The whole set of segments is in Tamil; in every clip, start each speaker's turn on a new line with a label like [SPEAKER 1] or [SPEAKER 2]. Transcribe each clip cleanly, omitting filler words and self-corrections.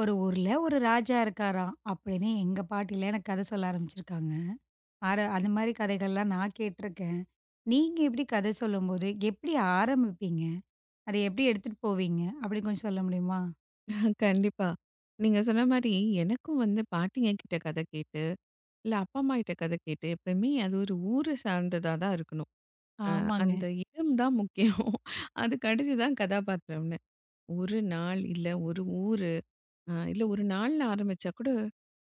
[SPEAKER 1] ஒரு ஊர்ல ஒரு ராஜா இருக்காராம் அப்படின்னு எங்க பாட்டிலாம் எனக்கு கதை சொல்ல ஆரம்பிச்சிருக்காங்க. ஆர அந்த மாரி கதைகள்லாம் நான் கேட்டுருக்கேன். நீங்க எப்படி கதை சொல்லும்போது, எப்படி ஆரம்பிப்பீங்க? அத எப்படி எடுத்துட்டு போவீங்க? அப்படின்னு கொஞ்சம் சொல்ல முடியுமா?
[SPEAKER 2] கண்டிப்பா. நீங்க சொன்ன மாரி எனக்கும் வந்து பாட்டிங்க கிட்ட கதை கேட்டு, இல்ல அப்பா அம்மா கிட்ட கதை கேட்டு, எப்பயுமே அது ஒரு ஊரு சார்ந்ததா தான் இருக்கணும். அ
[SPEAKER 1] ஆமாங்க.
[SPEAKER 2] அந்த இடம் தான் முக்கியம். அதுக்கு அடுத்து தான் கதாபாத்திரம்னு. ஒரு நாள், இல்ல ஒரு ஊரு, இல்ல ஒரு நாள்னு ஆரம்பிச்சா கூட,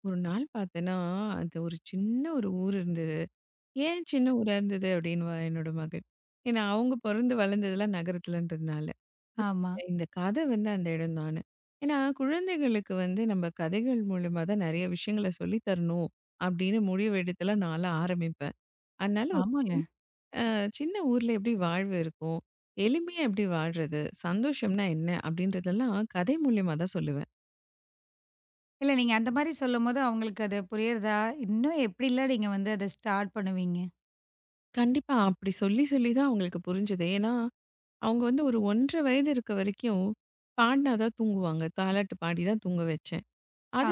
[SPEAKER 2] ஒரு நாள் பார்த்தேன்னா, அது ஒரு சின்ன ஒரு ஊர் இருந்தது. ஏன் சின்ன ஊரா இருந்தது அப்படின்னுவா என்னோட மகள். ஏன்னா, அவங்க பொறந்து வளர்ந்ததெல்லாம் நகரத்துலன்றதுனால.
[SPEAKER 1] ஆமா.
[SPEAKER 2] இந்த இந்த கதை வந்து அந்த இடம் தான்னு. ஏன்னா, குழந்தைகளுக்கு வந்து நம்ம கதைகள் மூலியமா தான் நெறைய விஷயங்கள சொல்லி தரணும் அப்படின்னு முடிவெடுத்துலாம் நான்லாம் ஆரம்பிப்பேன். அதனால ஒரு
[SPEAKER 1] ஆமாங்க.
[SPEAKER 2] சின் அ சின்ன ஊர்ல எப்படி வாழ்வு இருக்கும்? எளிமையா எப்படி வாழ்றது? சந்தோஷம்னா என்ன? அப்படின்றதெல்லாம் கதை மூலியமா தான் சொல்லுவேன்.
[SPEAKER 1] இல்ல நீங்க அந்த மாரி சொல்லும்போது அவங்களுக்கு அது புரியிறதா? இன்னும் எப்படிலாம் நீங்க வந்து அத ஸ்டார்ட் பண்ணுவீங்க?
[SPEAKER 2] கண்டிப்பா அப்படி சொல்லி சொல்லி தான் அவங்களுக்கு புரிஞ்சது. ஏன்னா அவங்க வந்து ஒரு 1 1/2 வயது இருக்க வரைக்கும், பாடுனா தான் தூங்குவாங்க. தாலாட்டு பாடி தான் தூங்க வச்சேன்.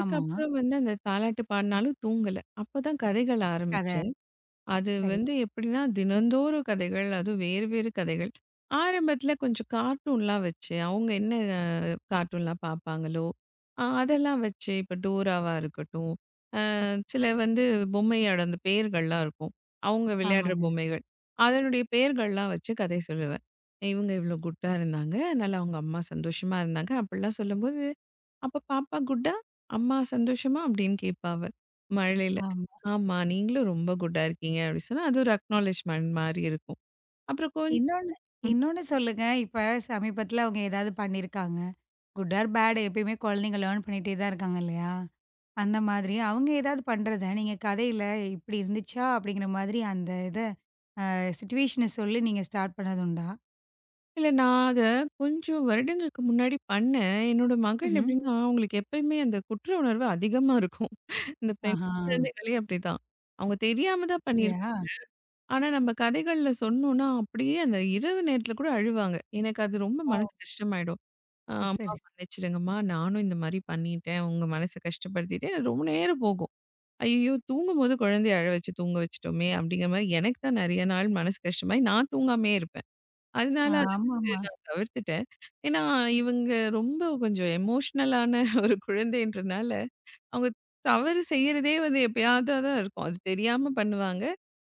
[SPEAKER 1] ஆமா.
[SPEAKER 2] வந்து அந்த தாலாட்டு பாடுனாலும் தூங்கல. அப்பதான் கதைகள்
[SPEAKER 1] கதை.
[SPEAKER 2] ஆரம்பிச்சேன். அது
[SPEAKER 1] சரி.
[SPEAKER 2] வந்து எப்படின்னா, தினந்தோறும் கதைகள், அதுவும் வேறு வேறு கதைகள். ஆரம்பத்தில கொஞ்சம் கார்ட்டூன்லாம் வச்சு, அவங்க என்ன கார்ட்டூன்லாம் பார்ப்பாங்களோ, அதெல்லாம் வச்சு, இப்போ டோராவா இருக்கட்டும், சில வந்து பொம்மையோட அந்த பெயர்கள்லாம் இருக்கும். அவங்க விளையாடுற
[SPEAKER 1] ஆமாங்க.
[SPEAKER 2] பொம்மைகள். அதனுடைய பெயர்கள்லாம் வச்சு கதை சொல்லுவேன். இவங்க இவ்வளோ குட்டா இருந்தாங்க. அதனால அவங்க அம்மா சந்தோஷமா இருந்தாங்க. அப்படிலாம் சொல்லும்போது, "அப்ப பாப்பா குட்டா? அம்மா சந்தோஷமா?" அப்படின்னு கேட்பா அவ. மழையில.
[SPEAKER 1] ஆமா.
[SPEAKER 2] "ஆமா, நீங்களும் ரொம்ப குட்டா இருக்கீங்க." அப்படி சொன்னா, அது ஒரு அக்னாலெட்ஜ்மென்ட் மாரி இருக்கும். அப்புறம் கொஞ்சம்
[SPEAKER 1] இன்னொன்னு இன்னொன்னு சொல்லுங்க. இப்ப சமீபத்தில அவங்க ஏதாவது பண்ணியிருக்காங்க. குட் ஆர் பேட் எப்பயுமே குழந்தைங்க லேர்ன் பண்ணிட்டே தான் இருக்காங்க இல்லையா? அந்த மாதிரி அவங்க ஏதாவது பண்றத நீங்க கதையில இப்படி இருந்துச்சா? அப்படிங்கிற மாதிரி அந்த இத சிச்சுவேஷன சொல்லி நீங்க ஸ்டார்ட் பண்ணது உண்டா?
[SPEAKER 2] இல்ல நான் அத கொஞ்சம் வருடங்களுக்கு முன்னாடி பண்ணேன். என்னோட மகள்
[SPEAKER 1] ம்ஹ்ம்.
[SPEAKER 2] எப்படின்னா, அவங்களுக்கு எப்பயுமே அந்த குற்ற உணர்வு அதிகமா இருக்கும். இந்த பெண்
[SPEAKER 1] ஆஹா!
[SPEAKER 2] குழந்தைகளே அப்படிதான். அவங்க தெரியாம தான்
[SPEAKER 1] அப்படியா?
[SPEAKER 2] பண்ணியிருப்பாங்க. ஆனா நம்ம கதைகள்ல சொன்னோம்னா, அப்படியே அந்த இரவு நேரத்தில கூட அழுவாங்க. எனக்கு அது ரொம்ப
[SPEAKER 1] வாவ்!
[SPEAKER 2] மனசு கஷ்டமாயிடும். "அம்மா
[SPEAKER 1] சரி.
[SPEAKER 2] மன்னிச்சிடுங்கம்மா, நானும் இந்த மாரி பண்ணிட்டேன். உங்க மனச கஷ்டப்படுத்திட்டேன்." அது ரொம்ப நேரம் போகும். ஐயய்யோ! தூங்கும்போது குழந்தைய அழ வச்சு தூங்க வச்சுட்டோமே! அப்படிங்கிற மாரி எனக்கு தான் நெறைய நாள் மனசு கஷ்டமாயி நான் தூங்காமயே இருப்பேன்.
[SPEAKER 1] ஆ
[SPEAKER 2] அதனால அத வந்து
[SPEAKER 1] ஆமாமா.
[SPEAKER 2] நான் தவிர்த்துட்டேன். ஏன்னா, இவங்க ரொம்ப கொஞ்சம் எமோஷனலான ஒரு குழந்தைன்றனால அவங்க தவறு செய்யறதே வந்து எப்பயாவதா தான் இருக்கும். அது தெரியாம பண்ணுவாங்க.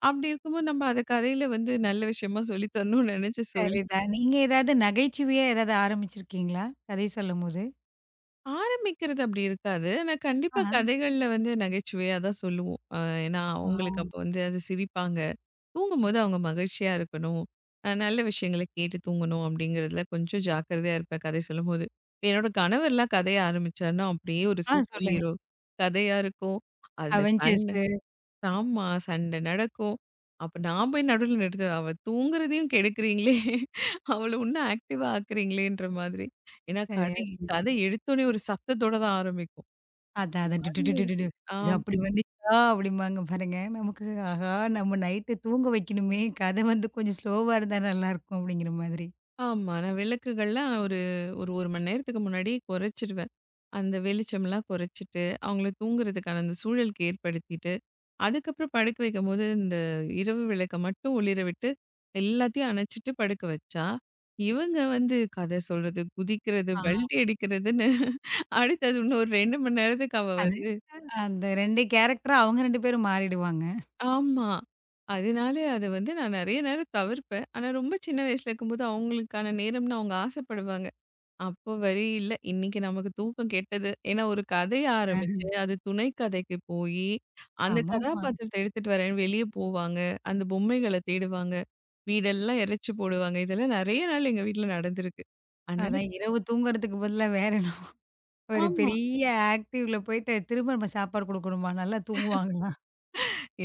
[SPEAKER 2] அப்படி இருக்கும்போது நம்ம அத கதையில வந்து நல்ல விஷயமா சொல்லி தரணும்னு நினைச்சு சொல்லி
[SPEAKER 1] சரிதான். நீங்க ஏதாவது நகைச்சுவையா ஏதாவது ஆரம்பிச்சிருக்கீங்களா? கதை சொல்லும்போது?
[SPEAKER 2] ஆரம்பிக்கிறது அப்படி இருக்காது. ஆனா கண்டிப்பா
[SPEAKER 1] ஆஹா.
[SPEAKER 2] கதைகள்ல வந்து நகைச்சுவையா தான் சொல்லுவோம். ஏன்னா
[SPEAKER 1] ஆ.
[SPEAKER 2] அவங்களுக்கு அப்போ வந்து அது சிரிப்பாங்க. தூங்கும்போது அவங்க மகிழ்ச்சியா இருக்கணும். நல்ல விஷயங்கள கேட்டு தூங்கணும் அப்படிங்கிறதுல கொஞ்சம் ஜாக்கிரதையா இருப்பேன் கதை சொல்லும்போது. என்னோட கணவர்லாம் கதைய ஆரம்பிச்சாருன்னா அப்படியே ஒரு
[SPEAKER 1] ஆ
[SPEAKER 2] சூப்பர்
[SPEAKER 1] சொல்லுங்க.
[SPEAKER 2] ஹீரோ கதையா இருக்கும். அதுல சண்
[SPEAKER 1] அவெஞ்சர்ஸு.
[SPEAKER 2] ஆமா. சண்டை நடக்கும். அப்ப நான் போய் நடுவுல நிறுத்துவேன். அவ தூங்குறதையும் கெடுக்குறீங்களே! அவள இன்னும் ஆக்டிவா ஆக்குறீங்களேன்ற மாதிரி. ஏன்னா
[SPEAKER 1] சரியா சொன்னீங்க.
[SPEAKER 2] கதை எடுத்தோனே ஒரு சத்தத்தோட தான் ஆரம்பிக்கும்.
[SPEAKER 1] அதான்,
[SPEAKER 2] இப்டி
[SPEAKER 1] அதான்.
[SPEAKER 2] வந்து
[SPEAKER 1] டிடுடிடுடிடு. இது அப்படி
[SPEAKER 2] ஆமா,
[SPEAKER 1] வந்துச்சா? அப்படிம்பாங்க பாருங்க. நமக்கு ஆஹா! நம்ம நைட்டு தூங்க வைக்கணுமே. கதை வந்து கொஞ்சம் ஸ்லோவா இருந்தா நல்லாயிருக்கும் அப்படிங்கிற மாதிரி.
[SPEAKER 2] ஆமா. நான் விளக்குகள்லாம் ஒரு ஒரு 1 மணி நேரத்துக்கு முன்னாடியே குறைச்சுருவேன். அந்த வெளிச்சம்லாம் குறைச்சுட்டு, அவங்கள தூங்குறதுக்கான அந்த சூழலுக்கு ஏற்படுத்திட்டு அதுக்கப்புறம் படுக்க வைக்கும்போது, இந்த இரவு விளக்க மட்டும் ஒளிர விட்டு, எல்லாத்தையும் அணைச்சுட்டு படுக்க வச்சா, இவங்க வந்து கதை சொல்றது, குதிக்கிறது,
[SPEAKER 1] ஆ.
[SPEAKER 2] பல்டி அடிக்கிறதுன்னு அடுத்தது இன்னும் ஒரு 2 மணி நேரத்துக்கு அவ
[SPEAKER 1] அது
[SPEAKER 2] வந்து
[SPEAKER 1] அந்த 2 கேரக்டரா அவங்க 2 பேரும் மாறிடுவாங்க.
[SPEAKER 2] ஆமா. அதனால அத வந்து நான் நெறைய நேரம் தவிர்ப்பேன். ஆனா ரொம்ப சின்ன வயசுல இருக்கும்போது அவங்களுக்கான நேரம்னு அவங்க ஆசைப்படுவாங்க. அப்போ வரி இல்ல. இன்னைக்கு நமக்கு தூக்கம் கெட்டது. ஏன்னா ஒரு கதை
[SPEAKER 1] அ
[SPEAKER 2] ஆரம்பிச்சு, அது துணை கதைக்கு போயி, அந்த
[SPEAKER 1] ஆமாமா.
[SPEAKER 2] கதாபாத்திரத்த எடுத்துட்டு வரேன்னு வெளிய போவாங்க. அந்த பொம்மைகள தேடுவாங்க. வீடெல்லாம் எரச்சு போடுவாங்க. இதெல்லாம் நெறைய நாள் எங்க வீட்ல நடந்திருக்கு. அதனால
[SPEAKER 1] அதான் இரவு தூங்குறதுக்கு பதிலா வேற என்ன ஒரு
[SPEAKER 2] ஆமா.
[SPEAKER 1] பெரிய ஆக்டிவ்ல போயிட்டு திரும்ப நம்ம சாப்பாடு குடுக்கணுமா? நல்லா தூங்குவாங்களா?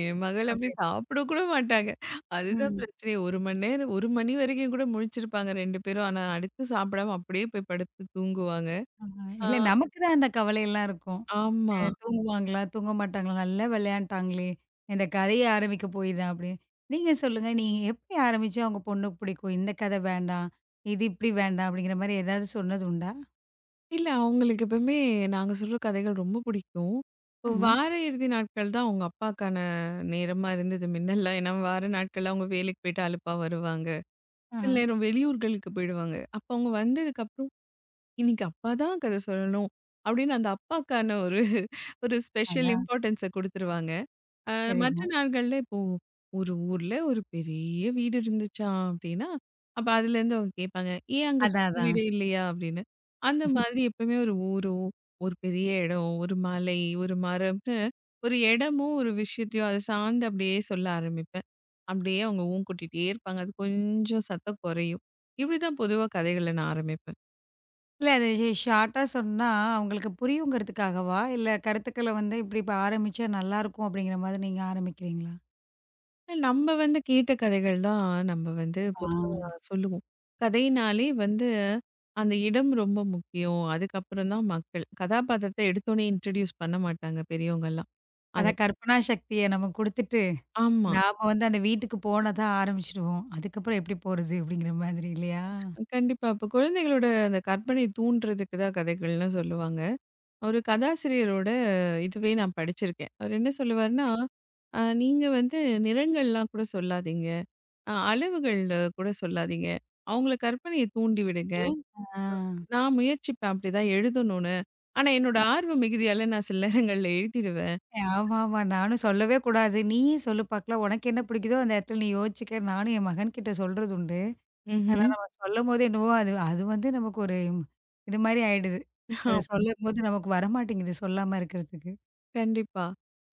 [SPEAKER 2] என் மகள் அப்படி
[SPEAKER 1] அப்படி.
[SPEAKER 2] சாப்பிட கூட மாட்டாங்க. அதுதான்
[SPEAKER 1] ம்.
[SPEAKER 2] பிரச்சனையே. 1 மணி நேரம் 1 மணி வரைக்கும் கூட முழிச்சிருப்பாங்க 2 பேரும். ஆனா அடுத்து சாப்பிடாம அப்படியே போய் படுத்து தூங்குவாங்க.
[SPEAKER 1] ஆமா.
[SPEAKER 2] ஆ
[SPEAKER 1] இல்ல நமக்கு தான் அந்த கவலையெல்லாம் இருக்கும். அ
[SPEAKER 2] ஆமா.
[SPEAKER 1] ம். தூங்குவாங்களா? தூங்க மாட்டாங்களா? நல்லா விளையாண்டாங்களே! இந்த கதையே ஆரம்பிக்க போய் தான் அப்படின்னு. நீங்க சொல்லுங்க. நீங்க எப்படி ஆரம்பிச்சு அவங்க பொண்ணுக்கு பிடிக்கும்? இந்த கதை வேண்டாம். இது இப்படி வேண்டாம் அப்படிங்கிற மாரி ஏதாவது சொன்னது உண்டா?
[SPEAKER 2] இல்ல. அவங்களுக்கு எப்பவுமே நாங்க சொல்ற கதைகள் ரொம்ப பிடிக்கும். இப்போ
[SPEAKER 1] ம்ஹ்ம்.
[SPEAKER 2] வார இறுதி நாட்கள் தான் அவங்க அப்பாக்கான நேரமா இருந்தது மின்னல்லாம். ஏன்னா வார நாட்கள்ல அவங்க வேலைக்கு போயிட்டு அலுப்பா வருவாங்க. சில
[SPEAKER 1] ம்ஹ்ம்.
[SPEAKER 2] நேரம் வெளியூர்களுக்கு போயிடுவாங்க. அப்ப அவங்க வந்ததுக்கப்புறம், "இன்னைக்கு அப்பா தான் கதை சொல்லணும்." அப்படின்னு அந்த அப்பாக்கான ஒரு ஒரு ஸ்பெஷல்
[SPEAKER 1] அதான்.
[SPEAKER 2] இம்பார்ட்டன்ஸ குடுத்துருவாங்க. அ மற்ற
[SPEAKER 1] சரிதான்.
[SPEAKER 2] நாட்கள்ல இப்போ ஒரு ஊர்ல ஒரு பெரிய வீடு இருந்துச்சா அப்டின்னா, அப்ப அதுலேருந்து அவங்க கேட்பாங்க. ஏன் அங்க
[SPEAKER 1] அதான்,
[SPEAKER 2] குட்டி
[SPEAKER 1] அதான்.
[SPEAKER 2] வீடு இல்லையா? அப்டின்னு. அந்த மாதிரி எப்பவுமே ஒரு ஊரோ, ஒரு பெரிய இடம், ஒரு மலை, ஒரு மரம்னு ஒரு இடமும், ஒரு விஷயத்தையும் அத சார்ந்து அப்டியே சொல்ல ஆரம்பிப்பேன். அப்டியே அவங்க ஊன் கூட்டிட்டே இருப்பாங்க. அது கொஞ்சம் சத்தம் குறையும். இப்டிதான் பொதுவா கதைகள நான் ஆரம்பிப்பேன்.
[SPEAKER 1] இல்ல அது ஷார்ட்டா சொன்னா அவங்களுக்கு புரியுங்கிறதுக்காகவா? இல்ல கருத்துக்கள வந்து இப்படி இப்ப ஆரம்பிச்சா நல்லாருக்கும் அப்படிங்கிற மாதிரி நீங்க ஆரம்பிக்கிறீங்களா?
[SPEAKER 2] நம்ம வந்து கேட்ட கதைகள் தான் நம்ம வந்து
[SPEAKER 1] ஆ.
[SPEAKER 2] பொதுவா சொல்லுவோம். கதையினாலே வந்து அந்த இடம் ரொம்ப முக்கியம். அதுக்கப்புறம் தான் மக்கள். கதாபாத்திரத்த எடுத்தோனே இன்ட்ரோடியூஸ் பண்ண மாட்டாங்க பெரியவங்கலாம். அது
[SPEAKER 1] அதான் கற்பனா சக்திய நம்ம குடுத்துட்டு
[SPEAKER 2] ஆமா.
[SPEAKER 1] நாம வந்து அந்த வீட்டுக்கு போனா தான் ஆரம்பிச்சுடுவோம். அதுக்கப்புறம் எப்படி போறது? அப்படிங்கிற மாதிரி இல்லையா?
[SPEAKER 2] கண்டிப்பா. அப்ப குழந்தைகளோட அந்த கற்பனை தூண்டுறதுக்கு தான் கதைகள்னு சொல்லுவாங்க. ஒரு கதாசிரியரோட இதுவே நான் படிச்சிருக்கேன். அவர் என்ன சொல்லுவாருன்னா, நீங்க வந்து நிறங்கள்லாம் கூட சொல்லாதீங்க. அளவுகள் கூட சொல்லாதீங்க. அவங்கள கற்பனைய தூண்டி விடுங்க.
[SPEAKER 1] ம். ஆ.
[SPEAKER 2] நான் முயற்சிப்பேன் அப்படிதான் எழுதணும்னு. ஆனா என்னோட ஆர்வ மிகுதியால நான் சில நேரங்கள்ல எழுதிடுவேன்.
[SPEAKER 1] ஆமாமா. நானும் சொல்லவே கூடாது. நீயே சொல்லு பாக்கலாம். உனக்கு என்ன பிடிக்குதோ அந்த இடத்துல நீ யோசிச்சுக்க. நானும் என் மகன்கிட்ட சொல்றது உண்டு. ஆனா
[SPEAKER 2] ம்ஹ்ம்.
[SPEAKER 1] நம்ம சொல்லும்போது என்னவோ அது அது வந்து நமக்கு ஒரு இது மாரி ஆயிடுது. அது
[SPEAKER 2] ஆம்.
[SPEAKER 1] சொல்லும்போது நமக்கு வரமாட்டேங்குது சொல்லாம இருக்கிறதுக்கு.
[SPEAKER 2] கண்டிப்பா.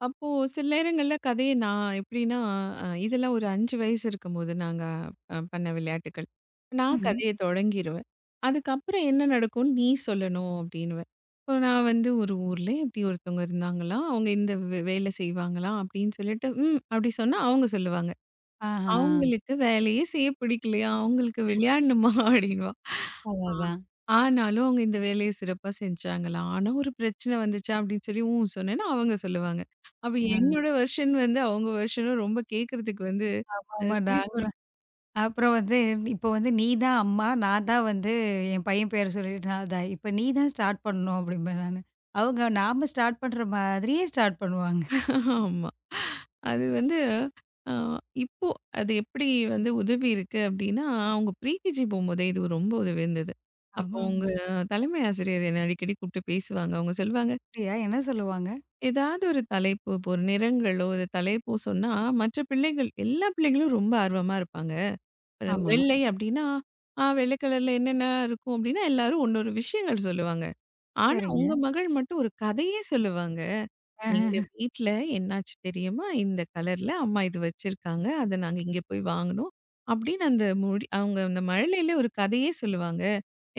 [SPEAKER 2] அப்போ சில நேரங்கள்ல கதைய நான் எப்படின்னா, இதெல்லாம் ஒரு 5 வயசு இருக்கும்போது நாங்க பண்ண விளையாட்டுக்கள். நான்
[SPEAKER 1] ம்.
[SPEAKER 2] கதைய தொடங்கிருவேன். அதுக்கப்புறம் என்ன நடக்கும்னு நீ சொல்லணும் அப்படின்னுவேன். இப்போ நான் வந்து ஒரு ஊர்ல இப்படி ஒருத்தவங்க இருந்தாங்களாம். அவங்க இந்த வேலை செய்வாங்களாம் அப்படின்னு சொல்லிட்டு, அப்படி சொன்னா அவங்க சொல்லுவாங்க.
[SPEAKER 1] ஆஹா.
[SPEAKER 2] அவங்களுக்கு வேலையே செய்ய பிடிக்கலையா, அவங்களுக்கு விளையாடணுமா அப்படின்னுவா.
[SPEAKER 1] அதான்
[SPEAKER 2] ஆ
[SPEAKER 1] அதான்.
[SPEAKER 2] ஆனாலும் அவங்க இந்த வேலைய சிறப்பா செஞ்சாங்களாம். ஆனா ஒரு பிரச்சனை வந்துச்சா அப்படின்னு சொல்லி ஊம் சொன்னேன்னா அவங்க சொல்லுவாங்க. அப்ப
[SPEAKER 1] ஆ.
[SPEAKER 2] என்னோட வெர்ஷன் வந்து அவங்க வெர்ஷனும் ரொம்ப கேட்கறதுக்கு வந்து
[SPEAKER 1] ஆமாமா.
[SPEAKER 2] சிரிப்பா இருக்கும்.
[SPEAKER 1] அப்புறம் வந்து இப்போ வந்து நீ தான் அம்மா, நான் தான் வந்து என் பையன் பேர சொல்லிட்டு நான் தான். இப்ப நீ தான் ஸ்டார்ட் பண்ணணும் அப்படிம்பேன் நானு. அவங்க நாம ஸ்டார்ட் பண்ற மாதிரியே ஸ்டார்ட் பண்ணுவாங்க.
[SPEAKER 2] ஆமா. அது வந்து அ இப்போ அது எப்படி வந்து உதவி இருக்கு அப்படின்னா, அவங்க ப்ரீகேஜி போம்போதே இது ரொம்ப உதவி இருந்தது. அப்போ அவங்க
[SPEAKER 1] ஆமாமா.
[SPEAKER 2] தலைமை ஆசிரியர் என்ன அடிக்கடி கூப்பிட்டு பேசுவாங்க. அவங்க சொல்லுவாங்க
[SPEAKER 1] அப்படியா? என்ன சொல்லுவாங்க?
[SPEAKER 2] ஏதாவது ஒரு தலைப்பு, இப்போ ஒரு நிறங்களோ, ஒரு தலைப்போ சொன்னா, மற்ற பிள்ளைகள் எல்லா பிள்ளைங்களும் ரொம்ப ஆர்வமா இருப்பாங்க.
[SPEAKER 1] ஆமா.
[SPEAKER 2] வெள்ளை அப்டின்னா, ஆ வெள்ளை கலர்ல என்னென்ன இருக்கும் அப்டின்னா, எல்லாரும் ஒன்னொரு விஷயங்கள் சொல்லுவாங்க. ஆனா,
[SPEAKER 1] சரிங்க.
[SPEAKER 2] உங்க மகள் மட்டும் ஒரு கதையே சொல்லுவாங்க. எங்க
[SPEAKER 1] அஹ.
[SPEAKER 2] வீட்ல என்னாச்சு தெரியுமா? இந்த கலர்ல அம்மா இது வச்சிருக்காங்க. அத நாங்க இங்க போய் வாங்குனோம். அப்டின்னு அந்த மொழி அவங்க அந்த மழலையில ஒரு கதையே சொல்லுவாங்க.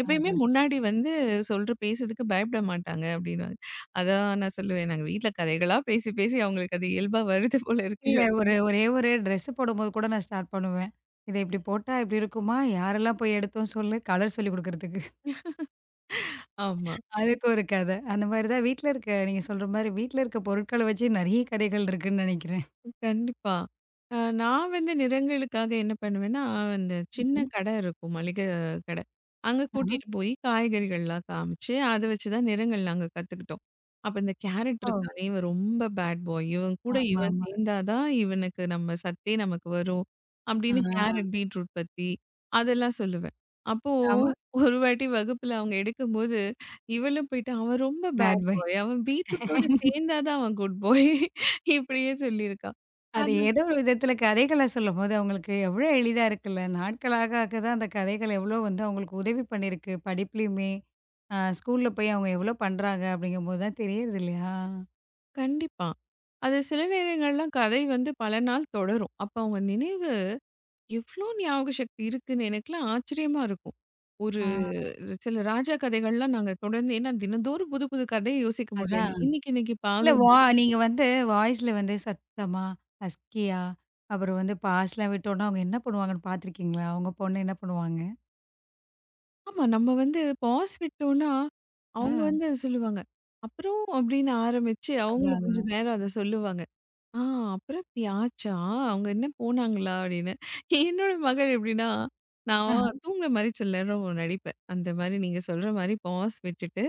[SPEAKER 2] எப்பயுமே
[SPEAKER 1] அதான்.
[SPEAKER 2] முன்னாடி வந்து சொல்ற பேசுறதுக்கு பயப்பட மாட்டாங்க அப்படின்னுவாங்க. அதான் நான் சொல்லுவேன், "நாங்க வீட்ல கதைகளா பேசி, பேசி அவங்களுக்கு அது இயல்பா வருது போல இருக்கு."
[SPEAKER 1] இல்ல ஒரே ஒரு ட்ரெஸ் போடும்போது கூட நான் ஸ்டார்ட் பண்ணுவேன். இத இப்படி போட்டா இப்படி இருக்குமா? யாரெல்லாம் போய் எடுத்தோம் சொல்லு? கலர் சொல்லிக் குடுக்குறதுக்கு.
[SPEAKER 2] ஆமா.
[SPEAKER 1] அதுக்கு ஒரு கத. அந்த மாரி தான் வீட்ல இருக்க நீங்க சொல்ற மாரி வீட்ல இருக்க பொருட்கள வச்சு நெறைய கதைகள் இருக்குன்னு நெனைக்கிறேன்.
[SPEAKER 2] கண்டிப்பா. அ நான் வந்து நிறங்களுக்காக என்ன பண்ணுவேன்னா, அந்த சின்ன
[SPEAKER 1] ம்ஹ்ம்.
[SPEAKER 2] கடை இருக்கும் மளிகை கடை. அங்க
[SPEAKER 1] ஆஹா.
[SPEAKER 2] கூட்டிட்டு போய் காய்கறிகள்லாம் காமிச்சு, அத வச்சு தான் நிறங்கள் நாங்க கத்துக்கிட்டோம். அப்ப இந்த கேரட்
[SPEAKER 1] ஓ!
[SPEAKER 2] இருக்கானே, இவன் ரொம்ப பேட் பாய். இவன்
[SPEAKER 1] ஆமாமா.
[SPEAKER 2] சேர்ந்தா தான் இவனுக்கு நம்ம சத்தே நமக்கு வரும்.
[SPEAKER 1] ஆ.
[SPEAKER 2] அப்படின்னு கேரட், பீட்ரூட் பத்தி அதெல்லாம் சொல்லுவேன். அப்போ
[SPEAKER 1] ஆமா.
[SPEAKER 2] ஒரு வாட்டி வகுப்புல அவங்க எடுக்கும்போது இவளும் போயிட்டு, "அவன் ரொம்ப
[SPEAKER 1] பேட்
[SPEAKER 2] பேட்
[SPEAKER 1] பாய்.
[SPEAKER 2] பாய். அவன் பீட்ரூட்டோட சேர்ந்தா தான் அவன் குட் பாய்" இப்படியே சொல்லியிருக்கா.
[SPEAKER 1] அது
[SPEAKER 2] அது
[SPEAKER 1] ஏதோ ஒரு விதத்தில கதைகள சொல்லும்போது, அவங்களுக்கு எவ்வளோ எளிதா இருக்குல்ல. நாட்களாக ஆக தான் அந்த கதைகள் எவ்வளோ வந்து அவங்களுக்கு உதவி பண்ணியிருக்கு. படிப்புலயுமே, ஸ்கூல்ல போய் அவங்க எவ்வளோ பண்றாங்க அப்படிங்கும்போது தான் தெரியுது இல்லையா?
[SPEAKER 2] கண்டிப்பா. அது சில நேரங்கள்லாம் கதை வந்து பல நாள் தொடரும். அப்ப அவங்க நினைவு எவ்ளோ ஞாபக சக்தி இருக்குன்னு எனக்கெல்லாம் ஆச்சரியமா இருக்கும். ஒரு
[SPEAKER 1] ஆ
[SPEAKER 2] சில ராஜா கதைகள்லாம் நாங்க தொடர்ந்து ஏன்னா தினந்தோறும் புது புது கதைய யோசிக்க முடியல.
[SPEAKER 1] அதான்.
[SPEAKER 2] இன்னைக்கு இன்னைக்கு
[SPEAKER 1] இல்ல வா
[SPEAKER 2] பாக்கும்போது
[SPEAKER 1] நீங்க வந்து வாய்ஸ்ல வந்து சத்தமா, ஹஸ்கியா, அப்புறம் வந்து பாஸ்லாம் விட்டோம்னா அவங்க என்ன பண்ணுவாங்கன்னு பார்த்துருக்கீங்களா? உங்க பொண்ணு என்ன பண்ணுவாங்க?
[SPEAKER 2] ஆமா நம்ம வந்து பாஸ் விட்டோம்னா,
[SPEAKER 1] ஆ
[SPEAKER 2] அவங்க வந்து அத சொல்லுவாங்க. அப்புறம் அப்படின்னு ஆரம்பிச்சு
[SPEAKER 1] அதான்
[SPEAKER 2] அவங்களும்
[SPEAKER 1] அதான்.
[SPEAKER 2] கொஞ்சம் நேரம் அத சொல்லுவாங்க. ஆ அப்புறம் இப்படி ஆச்சா? அவங்க என்ன போனாங்களா? அப்படின்னு. என்னோட மகள் எப்படின்னா,
[SPEAKER 1] ஆஹ,
[SPEAKER 2] நான் தூங்குற மாரி சில நேரம் நடிப்பேன். அந்த மாரி நீங்க சொல்ற மாரி பாஸ் விட்டுட்டு,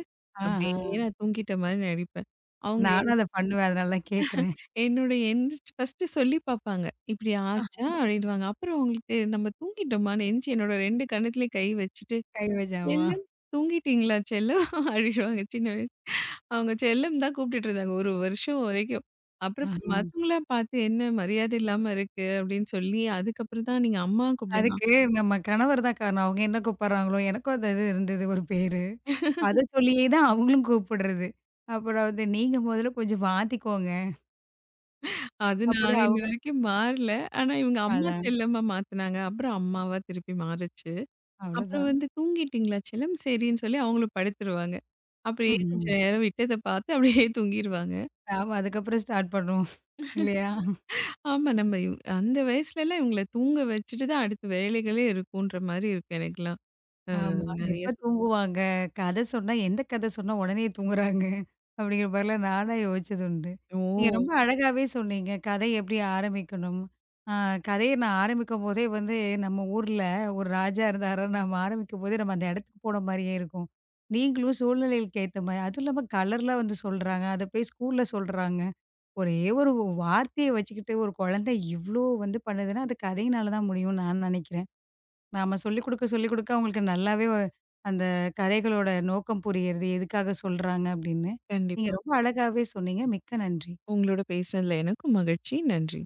[SPEAKER 1] ஆஹ.
[SPEAKER 2] அப்படியே நான் தூங்கிட்ட மாரி நடிப்பேன். அவங்க
[SPEAKER 1] நானும்
[SPEAKER 2] என்
[SPEAKER 1] அத பண்ணுவேன். அதனால தான் கேட்கிறேன்.
[SPEAKER 2] என்னோட எந்திரிச்சு ஃபர்ஸ்ட்டு சொல்லி பார்ப்பாங்க. இப்படி ஆச்சா? அப்படின்னுவாங்க. அப்புறம் அவங்களுக்கு நம்ம தூங்கிட்டோமான்னு எந்திச்சு என்னோட 2 கண்ணத்துலயும் கை வச்சுட்டு,
[SPEAKER 1] கை வஜாவா?
[SPEAKER 2] "செல்லம் தூங்கிட்டீங்களா செல்லம்?" அப்படின்னுவாங்க அவங்க செல்லம் தான் கூப்பிட்டுட்டு இருந்தாங்க. ஒரு வருஷம் வரைக்கும். அப்புறம்
[SPEAKER 1] ஆஹ.
[SPEAKER 2] மத்தவங்கள பார்த்து என்ன மரியாதை இல்லாம இருக்கு அப்படின்னு சொல்லி, அதுக்கப்புறம் தான் நீங்க அம்மா கூப்பிடுங்க.
[SPEAKER 1] அதுக்கு நம்ம கணவர் தான் காரணம். அவங்க என்ன கூப்பிடுறாங்களோ, எனக்கும் அந்த இது இருந்தது ஒரு பேரு. அத சொல்லியே தான் அவங்களும் கூப்பிடுறது. அப்புறம் வந்து நீங்க முதல்ல கொஞ்சம் மாத்திக்கோங்க.
[SPEAKER 2] அது நாங்க
[SPEAKER 1] அப்பதான்
[SPEAKER 2] இன்ன
[SPEAKER 1] அவங்க
[SPEAKER 2] வரைக்கும் மாறல. ஆனா இவங்க அம்மா
[SPEAKER 1] அதான்
[SPEAKER 2] செல்லமா மாத்துனாங்க. அப்புறம் அம்மாவா திருப்பி மாறுச்சு. அப்புறம்
[SPEAKER 1] அவ்வளோதான்.
[SPEAKER 2] வந்து தூங்கிட்டீங்களா செல்லம்? சரின்னு சொல்லி அவங்களும் படுத்துருவாங்க. அப்படியே
[SPEAKER 1] ம்ஹ்ம்.
[SPEAKER 2] கொஞ்சம் நேரம் விட்டத பார்த்து அப்படியே தூங்கிருவாங்க.
[SPEAKER 1] நாம அதுக்கப்புறம் ஸ்டார்ட் பண்ணுவோம். இல்லையா?
[SPEAKER 2] ஆமா நம்ம அந்த வயசுலலாம் இவங்கள தூங்க வச்சுட்டு தான் அடுத்த வேலைகளே இருக்குன்ற மாரி இருக்கும் எனக்கெல்லாம். அ
[SPEAKER 1] ஆமா.
[SPEAKER 2] நெறைய
[SPEAKER 1] எப்ப தூங்குவாங்க? கதை சொன்னா, எந்த கதை சொன்னா உடனே தூங்குறாங்க? அப்படிங்கிற மாரிலாம் நானா யோசிச்சது உண்டு. நீங்க ம். ரொம்ப
[SPEAKER 2] ஓ!
[SPEAKER 1] அழகாவே சொன்னீங்க. கதை எப்படி ஆரம்பிக்கணும்? ஆ கதைய நான் ஆரம்பிக்கும்போதே வந்து நம்ம ஊர்ல ஒரு ராஜா இருந்தாரா, நம்ம ஆரம்பிக்கும்போதே நம்ம அந்த இடத்துக்கு போன மாரியே இருக்கும். நீங்களும் சூழ்நிலைகளுக்கு ஏத்த மாரி அதுவும் இல்லாம கலர்லாம் வந்து சொல்றாங்க. அத போய் ஸ்கூல்ல சொல்றாங்க. ஒரே ஒரு வார்த்தைய வச்சுக்கிட்டு ஒரு குழந்தை இவ்ளோ வந்து பண்ணுதுன்னா, அது கதையினால தான் முடியும்னு நான் நினைக்கிறேன். நாம சொல்லிக் குடுக்க, சொல்லிக் குடுக்க அவங்களுக்கு அந்த கதைகளோட நோக்கம் புரியிறது, எதுக்காக சொல்றாங்க அப்படின்னு. நீங்க
[SPEAKER 2] கண்டிப்பா.
[SPEAKER 1] ரொம்ப அழகாவே சொன்னீங்க. மிக்க நன்றி.
[SPEAKER 2] உங்களோட பேசினதுல எனக்கும் மகிழ்ச்சி. நன்றி.